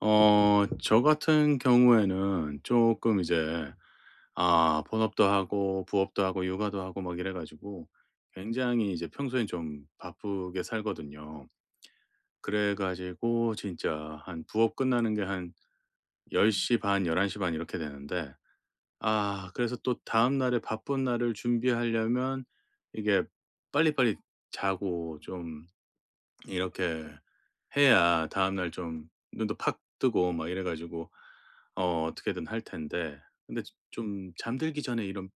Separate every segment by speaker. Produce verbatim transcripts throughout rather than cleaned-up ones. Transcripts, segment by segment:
Speaker 1: 어 저 같은 경우에는 조금 이제 아 본업도 하고 부업도 하고 육아도 하고 막 이래 가지고 굉장히 이제 평소엔 좀 바쁘게 살거든요. 그래 가지고 진짜 한 부업 끝나는 게 한 열 시 반 열한 시 반 이렇게 되는데 아 그래서 또 다음 날에 바쁜 날을 준비하려면 이게 빨리빨리 자고 좀 이렇게 해야 다음날 좀 눈도 팍 뜨고 막 이래 가지고 어 어떻게든 할 텐데, 근데 좀 잠들기 전에 이런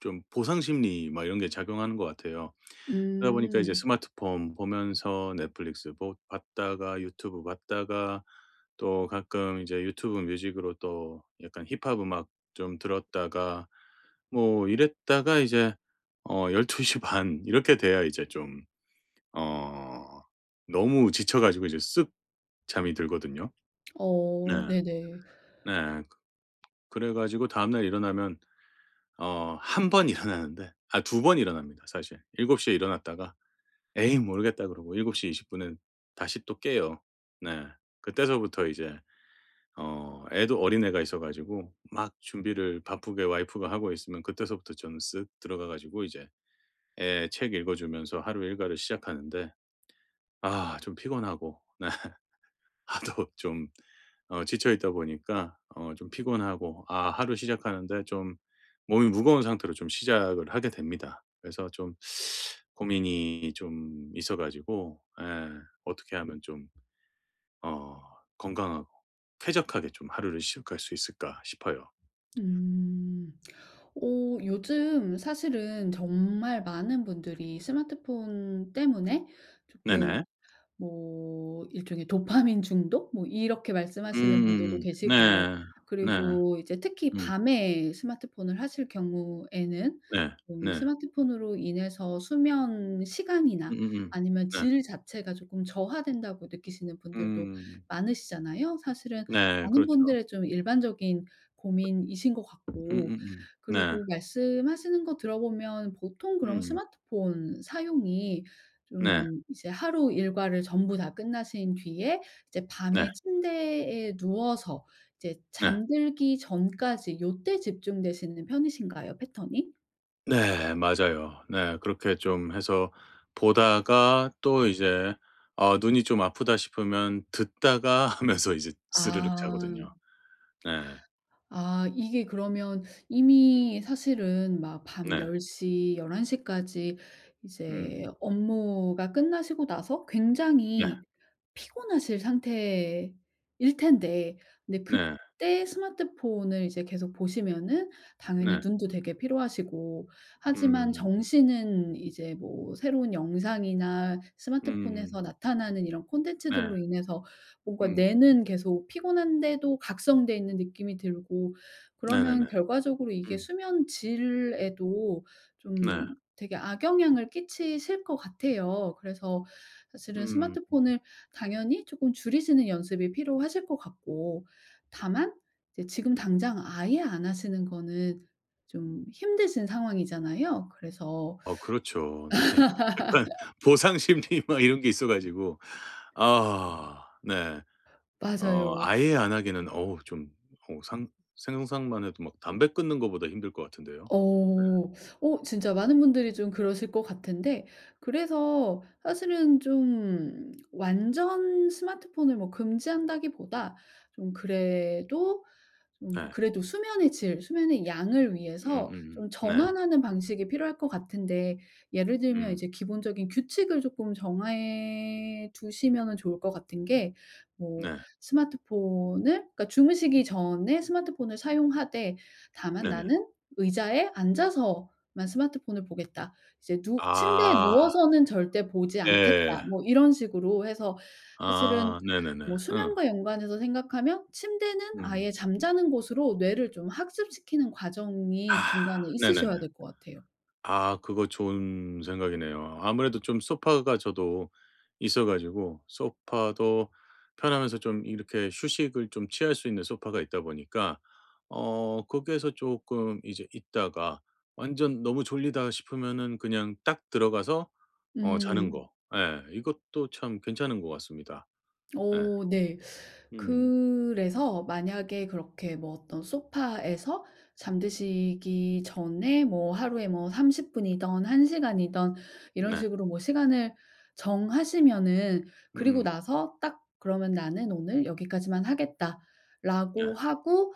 Speaker 1: 좀 보상 심리 막 이런 게 작용하는 것 같아요. 그러다 보니까 이제
Speaker 2: 음.
Speaker 1: 스마트폰 보면서 넷플릭스 보 봤다가 유튜브 봤다가 또 가끔 이제 유튜브 뮤직으로 또 약간 힙합 음악 좀 들었다가 뭐 이랬다가 이제 어 열 두 시 반 이렇게 돼야 이제 좀 어 너무 지쳐 가지고 이제 쓱 잠이 들거든요. 네.
Speaker 2: 어 네네.
Speaker 1: 네. 그 그래 가지고 다음날 일어나면 어 한 번 일어나는데 아 두 번 일어납니다 사실. 일곱 시에 일어났다가 '에이 모르겠다.' 그러고 일곱 시 이십 분에 다시 또 깨요. 네. 그때서부터 이제 어 애도 어린애가 있어 가지고 막 준비를 바쁘게 와이프가 하고 있으면 그때서부터 저는 쓱 들어가 가지고 이제 애 책 읽어 주면서 하루 일과를 시작하는데 아 좀 피곤하고 네. 하도 좀 어 지쳐 있다 보니까 어 좀 피곤하고 아 하루 시작하는데 좀 몸이 무거운 상태로 좀 시작을 하게 됩니다. 그래서 좀 고민이 좀 있어 가지고, 예, 어떻게 하면 좀 어 건강하고 쾌적하게 좀 하루를 시작할 수 있을까 싶어요.
Speaker 2: 음. 오, 요즘 사실은 정말 많은 분들이 스마트폰 때문에 조금
Speaker 1: 네네.
Speaker 2: 뭐 일종의 도파민 중독 뭐 이렇게
Speaker 1: 음
Speaker 2: 말씀하시는 분들도
Speaker 1: 음
Speaker 2: 계시고,
Speaker 1: 네. 네.
Speaker 2: 그리고 이제 특히
Speaker 1: 음.
Speaker 2: 밤에 스마트폰을 하실 경우에는
Speaker 1: 네.
Speaker 2: 음
Speaker 1: 네.
Speaker 2: 스마트폰으로 인해서 수면 시간이나
Speaker 1: 음음음.
Speaker 2: 아니면
Speaker 1: 네.
Speaker 2: 질 자체가 조금 저하된다고 느끼시는 분들도
Speaker 1: 음.
Speaker 2: 많으시잖아요, 사실은.
Speaker 1: 네.
Speaker 2: 많은
Speaker 1: 그렇죠.
Speaker 2: 분들의 좀 일반적인 고민이신 것 같고,
Speaker 1: 음음음. 네.
Speaker 2: 그리고 말씀하시는 거 들어보면 보통 그럼
Speaker 1: 음.
Speaker 2: 스마트폰 사용이
Speaker 1: 네.
Speaker 2: 좀 이제 하루 일과를 전부 다 끝나신 뒤에 이제
Speaker 1: 네.
Speaker 2: 밤에 침대에 누워서 이제
Speaker 1: 네.
Speaker 2: 잠들기 전까지 요때 집중되시는 편이신가요, 패턴이?
Speaker 1: 네. 맞아요. 네. 그렇게 좀 해서 보다가 또 이제 어 눈이 좀 아프다 싶으면 듣다가 하면서 이제 스르륵
Speaker 2: 아.
Speaker 1: 자거든요. 네.
Speaker 2: 아 이게 그러면 이미 사실은 막 밤
Speaker 1: 네.
Speaker 2: 열 공 열한 열 열 까지
Speaker 1: 음.
Speaker 2: 이제 업무가 끝나시고 나서
Speaker 1: 네.
Speaker 2: 굉장히 피곤하실 상태일 텐데, 근데
Speaker 1: 네.
Speaker 2: 그때 스마트폰을 이제 계속 보시면은 당연히
Speaker 1: 네.
Speaker 2: 눈도 되게 피로하시고, 하지만
Speaker 1: 음.
Speaker 2: 정신은 이제 뭐 새로운 영상이나
Speaker 1: 음음.
Speaker 2: 스마트폰에서 나타나는 이런
Speaker 1: 네.
Speaker 2: 콘텐츠들로 인해서 뭔가
Speaker 1: 음.
Speaker 2: 뇌는 계속 피곤한데도 각성돼 있는 느낌이 들고, 그러면
Speaker 1: 네네네.
Speaker 2: 결과적으로 이게
Speaker 1: 음.
Speaker 2: 수면 질에도
Speaker 1: 네.
Speaker 2: 좀 되게 악영향을 끼치실 것 같아요. 그래서 사실은
Speaker 1: 음.
Speaker 2: 스마트폰을 당연히 조금 줄이시는 연습이 필요하실 것 같고, 다만 이제 지금 당장 아예 안 하시는 거는 좀 힘드신 상황이잖아요. 그래서
Speaker 1: 어 그렇죠. 네. 약간 보상 심리 막 이런 게 있어 가지고, 아, 네. 어
Speaker 2: 맞아요.
Speaker 1: 아예 안 하기는 어우, 좀 어 상 생각만 해도 막 담배 끊는 것보다 힘들 것 같은데요.
Speaker 2: 어. 어 진짜 많은 분들이 좀 그러실 것 같은데, 그래서 사실은 좀 완전 스마트폰을 뭐 금지한다기보다 좀 그래도,
Speaker 1: 네.
Speaker 2: 좀
Speaker 1: 네.
Speaker 2: 그래도 수면의 질, 수면의 양을 위해서
Speaker 1: 음음.
Speaker 2: 좀
Speaker 1: 네.
Speaker 2: 전환하는 방식이 필요할 것 같은데, 예를 들면
Speaker 1: 음.
Speaker 2: 이제 기본적인 규칙을 조금 정해 두시면은 좋을 것 같은 게 뭐
Speaker 1: 네.
Speaker 2: 스마트폰을, 그러니까 주무시기 전에 스마트폰을 사용하되 다만
Speaker 1: 네네.
Speaker 2: 나는 의자에 앉아서만 스마트폰을 보겠다, 이제 누 "침대에
Speaker 1: 아.
Speaker 2: 누워서는 절대 보지 않겠다."
Speaker 1: 예.
Speaker 2: 뭐 이런 식으로 해서, 사실은
Speaker 1: 아 네네네.
Speaker 2: 뭐
Speaker 1: 어.
Speaker 2: 수면과 연관해서 생각하면 침대는
Speaker 1: 음.
Speaker 2: 아예 잠자는 곳으로 뇌를 좀 학습시키는
Speaker 1: 아.
Speaker 2: 과정이 중간에
Speaker 1: 네네네.
Speaker 2: 있으셔야 될 것 같아요.
Speaker 1: 아, 그거 좋은 생각이네요. 아무래도 좀 소파가 저도 있어 가지고 소파도 편하면서 좀 이렇게 휴식을 좀 취할 수 있는 소파가 있다 보니까 어 거기에서 조금 이제 있다가 완전 너무 졸리다 싶으면은 그냥 딱 들어가서 어 자는
Speaker 2: 음.
Speaker 1: 거. 예. 이것도 참 괜찮은 것 같습니다. 예.
Speaker 2: 어 네.
Speaker 1: 음.
Speaker 2: 그래서 만약에 그렇게 뭐 어떤 소파에서 잠드시기 전에 뭐 하루에 뭐 삼십 분 분이든 한 시간 시간이든 이런
Speaker 1: 네.
Speaker 2: 식으로 뭐 시간을 정하시면은, 그리고
Speaker 1: 음.
Speaker 2: 나서 딱 '그러면 나는 오늘 여기까지만
Speaker 1: 네.
Speaker 2: 하겠다.'라고 하고,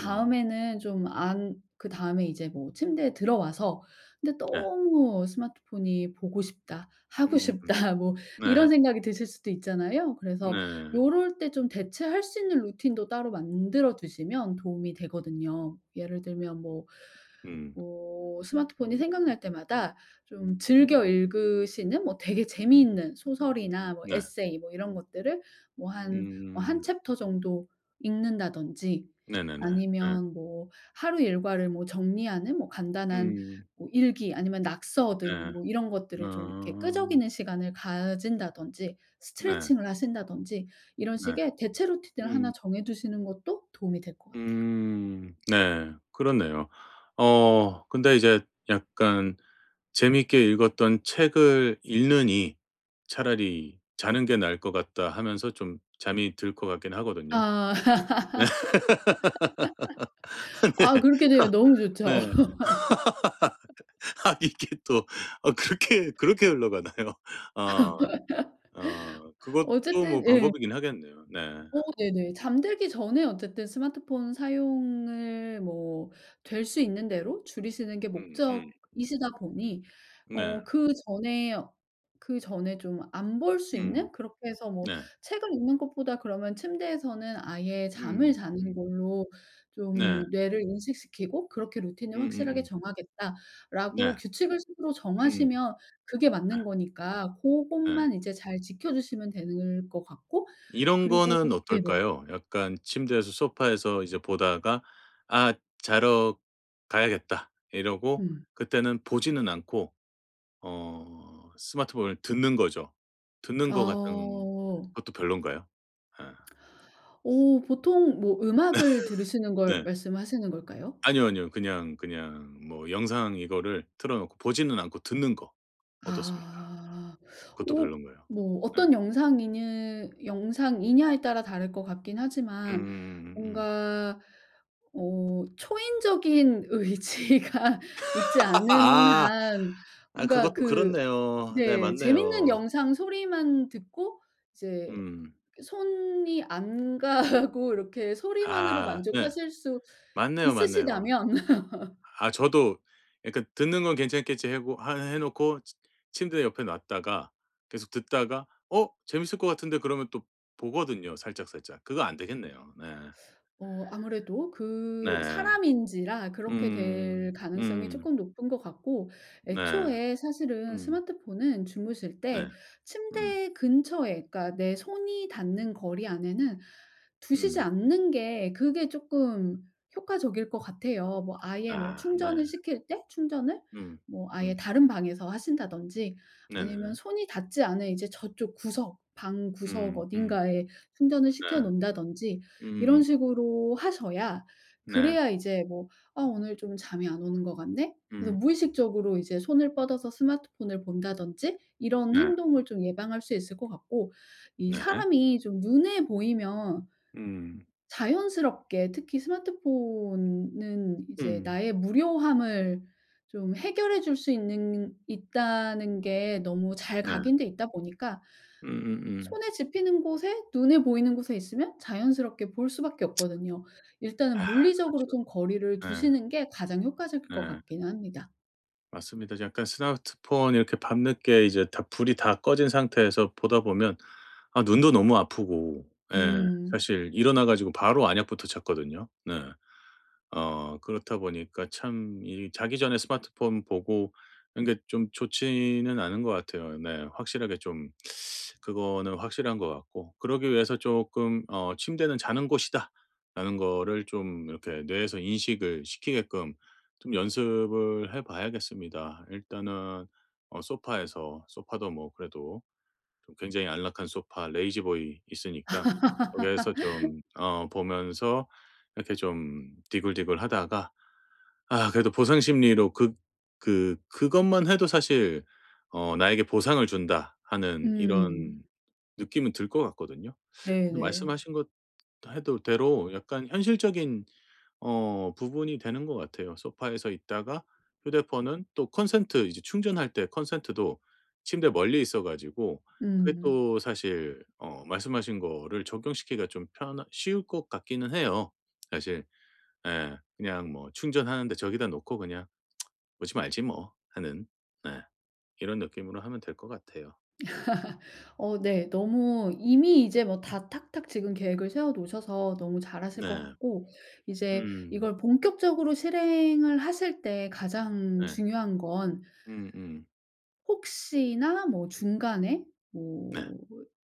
Speaker 1: 음.
Speaker 2: 좀 안 그다음에 이제 뭐 침대에 들어와서 '근데
Speaker 1: 네.
Speaker 2: 너무 스마트폰이 보고 싶다. 하고
Speaker 1: 음 음.
Speaker 2: 싶다.' 뭐 이런
Speaker 1: 네.
Speaker 2: 생각이 드실 수도 있잖아요. 그래서
Speaker 1: 네.
Speaker 2: 요럴 때 좀 대체할 수 있는 루틴도 따로 만들어 두시면 도움이 되거든요. 예를 들면 뭐
Speaker 1: 음.
Speaker 2: 뭐 스마트폰이 생각날 때마다 좀 즐겨 읽으시는 뭐 되게 재미있는 소설이나 뭐
Speaker 1: 네.
Speaker 2: 에세이 뭐 이런 것들을 뭐 한 뭐 한
Speaker 1: 음.
Speaker 2: 챕터 정도 읽는다든지,
Speaker 1: 네네네. 네.
Speaker 2: 아니면 뭐 하루 일과를 뭐 정리하는 뭐 간단한
Speaker 1: 음.
Speaker 2: 뭐 일기 아니면
Speaker 1: 네.
Speaker 2: 낙서든 뭐 이런 것들을 좀 이렇게
Speaker 1: 아.
Speaker 2: 끄적이는 시간을 가진다든지,
Speaker 1: 네.
Speaker 2: 스트레칭을 하신다든지, 이런
Speaker 1: 네.
Speaker 2: 식의 대체 루틴을
Speaker 1: 음.
Speaker 2: 하나 정해 두시는 것도 도움이 될 것 같아요.
Speaker 1: 음. 네. 그렇네요. 어 근데 이제 약간 재미있게 읽었던 책을 읽느니 차라리 '자는 게 나을 것 같다.' 하면서 좀 잠이 들 것 같긴 하거든요.
Speaker 2: 아.
Speaker 1: 네.
Speaker 2: 아 그렇게 되면 너무 좋죠.
Speaker 1: 네. 아 이게 또, 아 그렇게 그렇게 흘러가나요? 아. 어, 그것도 뭐
Speaker 2: 어쨌든 예.
Speaker 1: 방법이긴 하겠네요. 네.
Speaker 2: 어 네네. 잠들기 전에 어쨌든 스마트폰 사용을 뭐 될 수 있는 대로 줄이시는 게
Speaker 1: 음 음.
Speaker 2: 목적이시다 보니,
Speaker 1: 네.
Speaker 2: 어 그전에 그전에 좀 안 볼 수
Speaker 1: 음.
Speaker 2: 있는, 그렇게 해서 뭐
Speaker 1: 네.
Speaker 2: 책을 읽는 것보다 그러면 침대에서는 아예 잠을
Speaker 1: 음.
Speaker 2: 자는
Speaker 1: 음.
Speaker 2: 걸로
Speaker 1: 네.
Speaker 2: 좀 뇌를 인식시키고 '그렇게 루틴을 확실하게
Speaker 1: 음음음.
Speaker 2: 정하겠다.'라고
Speaker 1: 네.
Speaker 2: 규칙을 스스로
Speaker 1: 음.
Speaker 2: 정하시면 그게
Speaker 1: 네.
Speaker 2: 맞는 거니까
Speaker 1: 네.
Speaker 2: 고것만 이제 잘 지켜 주시면 되는 것 같고.
Speaker 1: 이런
Speaker 2: 그리고
Speaker 1: 거는
Speaker 2: 네네.
Speaker 1: 어떨까요? 약간 침대에서 소파에서 이제 보다가 '아, 자러 가야겠다.' 이러고
Speaker 2: 음.
Speaker 1: 그때는 보지는 않고 어 스마트폰을 듣는 거죠. 듣는
Speaker 2: 아.
Speaker 1: 것 같은 것도 별론가요? 아,
Speaker 2: 오 보통 뭐 음악을 들으시는 걸
Speaker 1: 네.
Speaker 2: 말씀하시는 걸까요?
Speaker 1: 아니요, 아니요. 그냥, 그냥 뭐 영상 이거를 틀어 놓고 보지는 않고 듣는 거 어떻습니까?
Speaker 2: 아.
Speaker 1: 그것도
Speaker 2: 어
Speaker 1: 별론가요?
Speaker 2: 뭐
Speaker 1: 예.
Speaker 2: 어떤 영상이느 영상이냐에 따라 다를 것 같긴 하지만,
Speaker 1: 음음음음.
Speaker 2: 뭔가 어 초인적인 의지가 있지 않은
Speaker 1: 아.
Speaker 2: 한
Speaker 1: 아,
Speaker 2: 뭔가
Speaker 1: 그것도
Speaker 2: 그
Speaker 1: 그렇네요. 네,
Speaker 2: 네 재밌는
Speaker 1: 맞네요.
Speaker 2: 영상 소리만 듣고 이제
Speaker 1: 음.
Speaker 2: 손이 안 가고 이렇게 소리만으로
Speaker 1: 아 네.
Speaker 2: 만족하실 수
Speaker 1: 맞네요, 맞네요.
Speaker 2: 있으시다면.
Speaker 1: 아, 저도 약간 듣는 건 괜찮겠지 해고 하 해 놓고 치 침대 옆에 놨다가 계속 듣다가 '어 재밌을 것 같은데.' 그러면 또 보거든요, 살짝살짝. 그거 안 되겠네요. 네.
Speaker 2: 어 아무래도 그
Speaker 1: 네.
Speaker 2: 사람인지라 그렇게 될
Speaker 1: 음.
Speaker 2: 가능성이
Speaker 1: 음.
Speaker 2: 조금 높은 것 같고,
Speaker 1: 네.
Speaker 2: 애초에 사실은
Speaker 1: 음.
Speaker 2: 스마트폰은 주무실
Speaker 1: 네.
Speaker 2: 때
Speaker 1: 음.
Speaker 2: 침대 근처에, 그러니까 내 손이 닿는 거리 안에는 두시지
Speaker 1: 음.
Speaker 2: 않는 게 그게 조금 효과적일 것 같아요. 뭐 아예 뭐
Speaker 1: 아 네.
Speaker 2: 충전을 시킬 때 충전을
Speaker 1: 음.
Speaker 2: 뭐 아예
Speaker 1: 음.
Speaker 2: 다른 방에서 하신다든지, 아니면
Speaker 1: 네네네.
Speaker 2: 손이 닿지 않은 이제 저쪽 구석 방 구석
Speaker 1: 음. 음.
Speaker 2: 어딘가에 충전을 시켜
Speaker 1: 네.
Speaker 2: 놓는다든지, 이런
Speaker 1: 음음.
Speaker 2: 식으로 하셔야
Speaker 1: 네.
Speaker 2: 그래야 이제 뭐 '아 오늘 좀 잠이 안 오는 것 같네.' 그래서
Speaker 1: 음.
Speaker 2: 무의식적으로 이제 손을 뻗어서 스마트폰을 본다든지 이런
Speaker 1: 네.
Speaker 2: 행동을 좀 예방할 수 있을 것 같고. 이
Speaker 1: 네.
Speaker 2: 사람이 좀 눈에 보이면
Speaker 1: 음.
Speaker 2: 자연스럽게, 특히 스마트폰은 이제
Speaker 1: 음.
Speaker 2: 나의 무료함을 좀 해결해 줄 수 있는 있다는 게 너무 잘
Speaker 1: 네.
Speaker 2: 각인돼 있다 보니까
Speaker 1: 음음음.
Speaker 2: 손에 집히는 곳에 눈에 보이는 곳에 있으면 자연스럽게 볼 수밖에 없거든요.
Speaker 1: 아,
Speaker 2: 일단은 물리적으로
Speaker 1: 그렇죠.
Speaker 2: 좀 거리를
Speaker 1: 네.
Speaker 2: 두시는 게 가장 효과적일 것
Speaker 1: 네.
Speaker 2: 같기는 합니다.
Speaker 1: 맞습니다. 약간 스마트폰 이렇게 밤늦게 이제 다 불이 다 꺼진 상태에서 보다 보면 아 눈도 너무 아프고, 예,
Speaker 2: 음.
Speaker 1: 사실 일어나 가지고 바로 안약부터 찾거든요. 네. 어 그렇다 보니까 참 이 자기 전에 스마트폰 보고 이런 게 좀 좋지는 않은 것 같아요. 네. 확실하게 좀 그거는 확실한 것 같고, 그러기 위해서 조금 어 '침대는 자는 곳이다.'라는 거를 좀 이렇게 뇌에서 인식을 시키게끔 좀 연습을 해 봐야겠습니다. 일단은 어 소파에서 소파도 뭐 그래도 좀 굉장히 안락한 소파 레이지보이 있으니까 거기에서 좀 어 보면서 이렇게 좀 디굴디굴하다가 아 그래도 보상 심리로 그 그 그것만 해도 사실 어 '나에게 보상을 준다.' 하는 이런
Speaker 2: 음.
Speaker 1: 느낌은 들 것 같거든요. 그래서
Speaker 2: 네네.
Speaker 1: 말씀하신 것 해도 대로 약간 현실적인 어 부분이 되는 것 같아요. 소파에서 있다가 휴대폰은 또 컨센트 이제 충전할 때 컨센트도 침대 멀리 있어 가지고 그게
Speaker 2: 음.
Speaker 1: 또 사실 어 말씀하신 거를 적용시키기가 좀 편하 쉬울 것 같기는 해요, 사실. 예. 그냥 뭐 충전하는데 저기다 놓고 그냥 '오지 말지 뭐.' 하는, 네, 이런 느낌으로 하면 될 것 같아요. 음
Speaker 2: 어 네. 너무 이미 이제 뭐 다 탁탁 지금 계획을 세워 놓으셔서 너무 잘하실 것
Speaker 1: 네.
Speaker 2: 같고, 이제
Speaker 1: 음
Speaker 2: 이걸 본격적으로 실행을 하실 때 가장
Speaker 1: 네.
Speaker 2: 중요한 건
Speaker 1: 음음.
Speaker 2: 혹시나 뭐 중간에
Speaker 1: 네.
Speaker 2: 뭐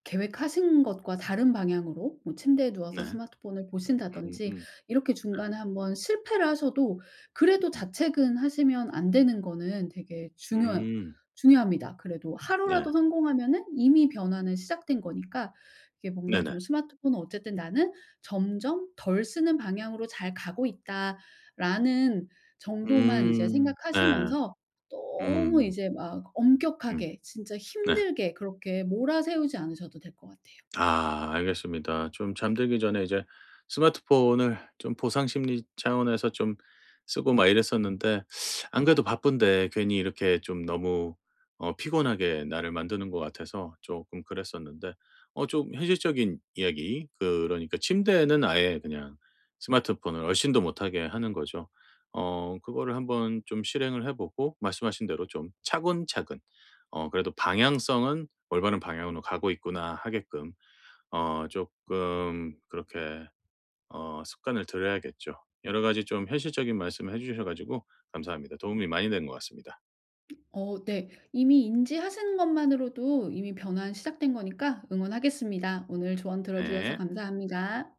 Speaker 2: 계획하신 것과 다른 방향으로 뭐 침대에 누워서
Speaker 1: 네.
Speaker 2: 스마트폰을
Speaker 1: 음음.
Speaker 2: 보신다든지
Speaker 1: 네.
Speaker 2: 이렇게 중간에 한번 실패를 하셔도 그래도
Speaker 1: 음.
Speaker 2: 자책은 하시면 안 되는 거는 되게 중요
Speaker 1: 음.
Speaker 2: 중요합니다. 그래도
Speaker 1: 네.
Speaker 2: 하루라도 성공하면은 이미 변화는 시작된 거니까, 이게 뭔가
Speaker 1: 네네.
Speaker 2: 좀 스마트폰은 어쨌든 '나는 점점 덜 쓰는 방향으로 잘 가고 있다.'라는 정도만 이제
Speaker 1: 음. 네.
Speaker 2: 생각하시면서 너무
Speaker 1: 음.
Speaker 2: 이제 막
Speaker 1: 음.
Speaker 2: 엄격하게 진짜
Speaker 1: 네.
Speaker 2: 힘들게 그렇게 몰아세우지 않으셔도 될 것 같아요.
Speaker 1: 아, 알겠습니다. 좀 잠들기 전에 이제 스마트폰을 좀 보상 심리 차원에서 좀 쓰고 막 이랬었는데, 안 그래도 바쁜데 괜히 이렇게 좀 너무 어 피곤하게 나를 만드는 것 같아서 조금 그랬었는데 어 좀 현실적인 이야기, 그러니까 침대에는 아예 그냥 스마트폰을 얼씬도 못하게 하는 거죠. 어 그거를 한번 좀 실행을 해 보고 말씀하신 대로 좀 차근차근 어 그래도 방향성은 '올바른 방향으로 가고 있구나.' 하게끔 어 조금 그렇게 어 습관을 들여야겠죠. 여러 가지 좀 현실적인 말씀을 해 주셔 가지고 감사합니다. 도움이 많이 된 것 같습니다.
Speaker 2: 어 네. 이미 인지하시는 것만으로도 이미 변화 시작된 거니까 응원하겠습니다. 오늘 조언 들어 주셔서
Speaker 1: 네.
Speaker 2: 감사합니다.